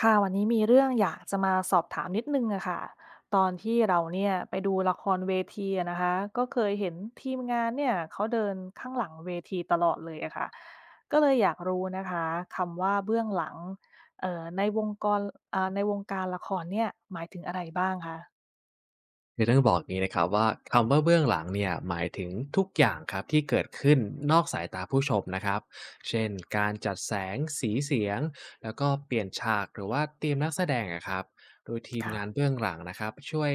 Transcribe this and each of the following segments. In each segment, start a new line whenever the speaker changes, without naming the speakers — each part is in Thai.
ค่ะวันนี้มีเรื่องอยากจะมาสอบถามนิดนึงอะค่ะตอนที่เราเนี่ยไปดูละครเวทีอะนะคะก็เคยเห็นทีมงานเนี่ยเขาเดินข้างหลังเวทีตลอดเลยอะค่ะก็เลยอยากรู้นะคะคำว่าเบื้องหลังในวงกรในวงการละครเนี่ยหมายถึงอะไรบ้างคะ
คือต้องบอกอย่างนี้นะครับว่าคำว่าเบื้องหลังเนี่ยหมายถึงทุกอย่างครับที่เกิดขึ้นนอกสายตาผู้ชมนะครับเช่นการจัดแสงสีเสียงแล้วก็เปลี่ยนฉากหรือว่าเตรียมนักแสดงอะครับโดยทีมงาน
ค่ะ
เบื้องหลังนะครับช่วย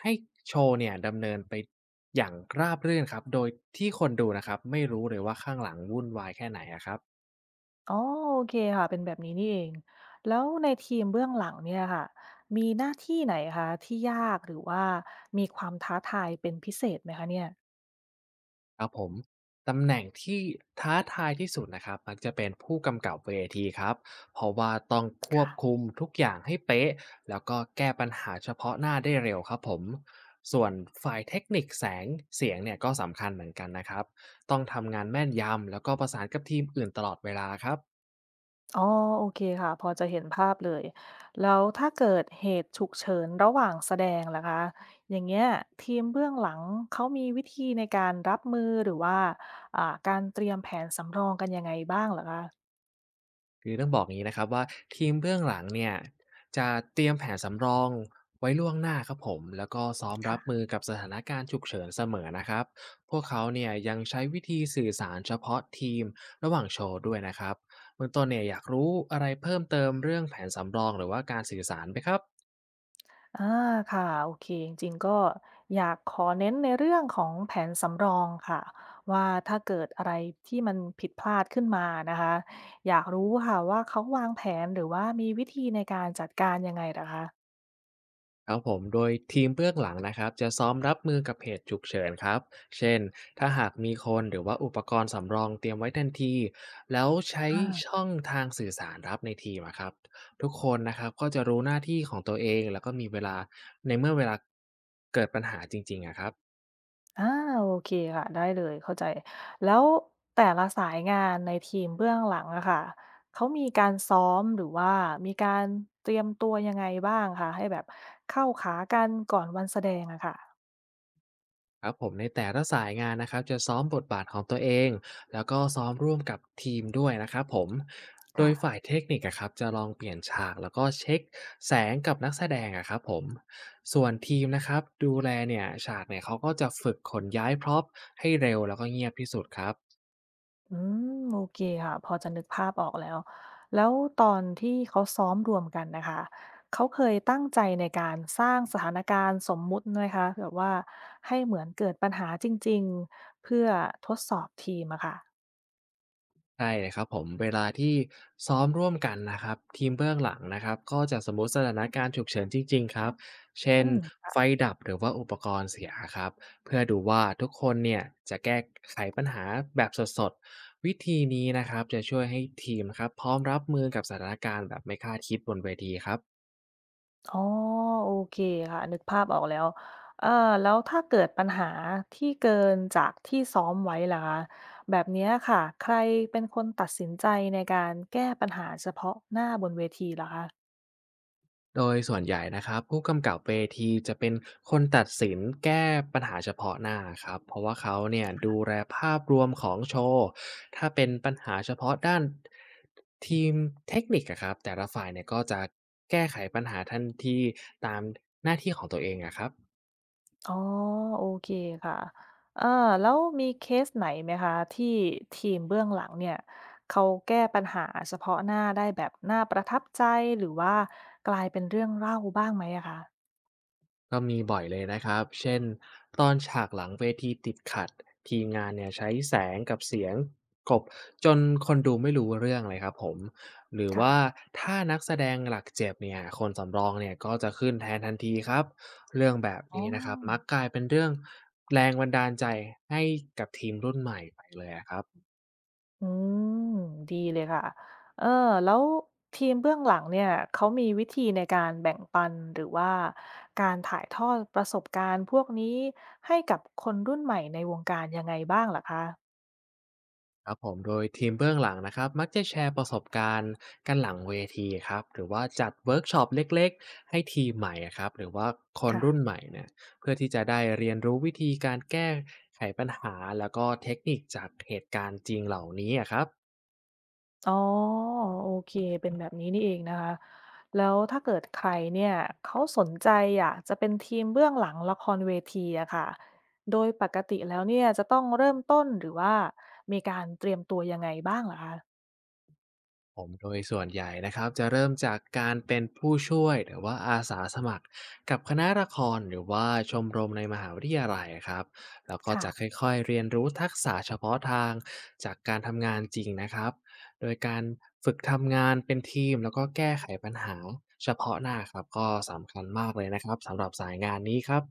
ให้โชว์เนี่ยดำเนินไปอย่างราบรื่นครับโดยที่คนดูนะครับไม่รู้เลยว่าข้างหลังวุ่นวายแค่ไหนอะครับ
อ๋อโอเคค่ะเป็นแบบนี้นี่เองแล้วในทีมเบื้องหลังเนี่ยค่ะมีหน้าที่ไหนคะที่ยากหรือว่ามีความท้าทายเป็นพิเศษไหมคะเนี่ย
ครับผมตำแหน่งที่ท้าทายที่สุดนะครับมักจะเป็นผู้กำกับเวทีครับเพราะว่าต้องควบคุมทุกอย่างให้เป๊ะแล้วก็แก้ปัญหาเฉพาะหน้าได้เร็วครับผมส่วนฝ่ายเทคนิคแสงเสียงเนี่ยก็สำคัญเหมือนกันนะครับต้องทำงานแม่นยำแล้วก็ประสานกับทีมอื่นตลอดเวลาครับ
อ๋อโอเคค่ะพอจะเห็นภาพเลยแล้วถ้าเกิดเหตุฉุกเฉินระหว่างแสดงล่ะคะอย่างเงี้ยทีมเบื้องหลังเขามีวิธีในการรับมือหรือว่าอ่าการเตรียมแผนสำรองกันยังไงบ้างเหรอคะ
คือต้องบอกอย่างนี้นะครับว่าทีมเบื้องหลังเนี่ยจะเตรียมแผนสำรองไว้ล่วงหน้าครับผมแล้วก็ซ้อมรับมื
ค่ะ
อกับสถานการณ์ฉุกเฉินเสมอนะครับพวกเขาเนี่ยยังใช้วิธีสื่อสารเฉพาะทีมระหว่างโชว์ด้วยนะครับเบื้องต้นเนี่ยอยากรู้อะไรเพิ่มเติมเรื่องแผนสำรองหรือว่าการสื่อสารไหมครับ
อาค่ะโอเคจริงๆก็อยากขอเน้นในเรื่องของแผนสำรองค่ะว่าถ้าเกิดอะไรที่มันผิดพลาดขึ้นมานะคะอยากรู้ค่ะว่าเขาวางแผนหรือว่ามีวิธีในการจัดการยังไงเหคะ
ครับผมโดยทีมเบื้องหลังนะครับจะซ้อมรับมือกับเหตุฉุกเฉินครับเช่นถ้าหากมีคนหรือว่าอุปกรณ์สำรองเตรียมไว้ทันทีแล้วใช้
อา
ช่องทางสื่อสารรับในทีมอะครับทุกคนนะครับก็จะรู้หน้าที่ของตัวเองแล้วก็มีเวลาในเมื่อเวลาเกิดปัญหาจริงๆอะครับ
อาโอเคค่ะได้เลยเข้าใจแล้วแต่ละสายงานในทีมเบื้องหลังอะค่ะเขามีการซ้อมหรือว่ามีการเตรียมตัวยังไงบ้างคะให้แบบเข้าขากันก่อนวันแสดงอะค่ะ
ครับผมในแต่ละสายงานนะครับจะซ้อมบทบาทของตัวเองแล้วก็ซ้อมร่วมกับทีมด้วยนะครับผมโดย
ค่ะ
ฝ่ายเทคนิคอะครับจะลองเปลี่ยนฉากแล้วก็เช็คแสงกับนักแสดงอะครับผมส่วนทีมนะครับดูแลเนี่ยฉากเนี่ยเขาก็จะฝึกขนย้ายพร็อพให้เร็วแล้วก็เงียบที่สุดครับ
อืมโอเคค่ะพอจะนึกภาพออกแล้วแล้วตอนที่เขาซ้อมรวมกันน่ะค่ะเขาเคยตั้งใจในการสร้างสถานการณ์สมมุติไหมคะแบบว่าให้เหมือนเกิดปัญหาจริงๆเพื่อทดสอบทีมอะค่ะ
ใช่เลยครับผมเวลาที่ซ้อมร่วมกันนะครับทีมเบื้องหลังนะครับก็จะสมมุติสถานการณ์ฉุกเฉินจริงๆครับเช่น
อืม
ไฟดับหรือว่าอุปกรณ์เสียครับเพื่อดูว่าทุกคนเนี่ยจะแก้ไขปัญหาแบบสดๆวิธีนี้นะครับจะช่วยให้ทีมครับพร้อมรับมือกับสถานการณ์แบบไม่คาดคิดบนเวทีครับ
อ๋อโอเคค่ะนึกภาพออกแล้วเอ่อแล้วถ้าเกิดปัญหาที่เกินจากที่ซ้อมไว้ล่ะคะแบบเนี้ยค่ะใครเป็นคนตัดสินใจในการแก้ปัญหาเฉพาะหน้าบนเวทีเหคะ
โดยส่วนใหญ่นะครับผู้กำกับเวทีจะเป็นคนตัดสินแก้ปัญหาเฉพาะหน้าครับเพราะว่าเขาเนี่ยดูแลภาพรวมของโชว์ถ้าเป็นปัญหาเฉพาะด้านทีมเทคนิคอะครับแต่ละฝ่ายเนี่ยก็จะแก้ไขปัญหาทันทีตามหน้าที่ของตัวเองอะครับ
อ๋อโอเคค่ะเออแล้วมีเคสไหนไหมคะที่ทีมเบื้องหลังเนี่ยเขาแก้ปัญหาเฉพาะหน้าได้แบบน่าประทับใจหรือว่ากลายเป็นเรื่องเล่าบ้างไหมอะคะ
ก็มีบ่อยเลยนะครับ เช่นตอนฉากหลังเวทีติดขัดทีมงานเนี่ยใช้แสงกับเสียงกบจนคนดูไม่รู้เรื่องเลยครับผม หรือ
ค่ะ
ว่าถ้านักแสดงหลักเจ็บเนี่ยคนสำรองเนี่ยก็จะขึ้นแทนทันทีครับ เรื่องแบบ
อ๋อ
นี้นะครับมักกลายเป็นเรื่องแรงบันดาลใจให้กับทีมรุ่นใหม่ไปเลยอะครับ
อืมดีเลยค่ะเออแล้วทีมเบื้องหลังเนี่ยเขามีวิธีในการแบ่งปันหรือว่าการถ่ายทอดประสบการณ์พวกนี้ให้กับคนรุ่นใหม่ในวงการยังไงบ้างล่ะคะ
ครับผมโดยทีมเบื้องหลังนะครับมักจะแชร์ประสบการณ์กันหลังเวทีครับหรือว่าจัดเวิร์กช็อปเล็กๆให้ทีมใหม่อะครับหรือว่าคนรุ่นให
ค่ะ
ม่เนี่ยเพื่อที่จะได้เรียนรู้วิธีการแก้ไขปัญหาแล้วก็เทคนิคจากเหตุการณ์จริงเหล่านี้อะครับ
อ๋อโอเคเป็นแบบนี้นี่เองนะคะแล้วถ้าเกิดใครเนี่ยเขาสนใจอยากจะเป็นทีมเบื้องหลังละครเวทีอะค่ะโดยปกติแล้วเนี่ยจะต้องเริ่มต้นหรือว่ามีการเตรียมตัวยังไงบ้างล่ะคะ
ผมโดยส่วนใหญ่นะครับจะเริ่มจากการเป็นผู้ช่วยหรือว่าอาสาสมัครกับคณะละครหรือว่าชมรมในมหาวิทยาลัยครับแล้วก็
ค่ะ
จะค่อยๆเรียนรู้ทักษะเฉพาะทางจากการทำงานจริงนะครับโดยการฝึกทำงานเป็นทีมแล้วก็แก้ไขปัญหาเฉพาะหน้าครับก็สำคัญมากเลยนะครับสำหรับสายงานนี้ครับ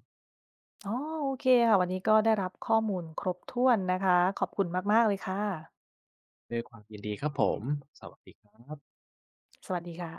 อ๋อโอเคค่ะ วันนี้ก็ได้รับข้อมูลครบถ้วนนะคะ ขอบคุณมากๆเลยค่ะ
ด้วยความยินดีครับผมสวัสดีครับ
สวัสดีค่ะ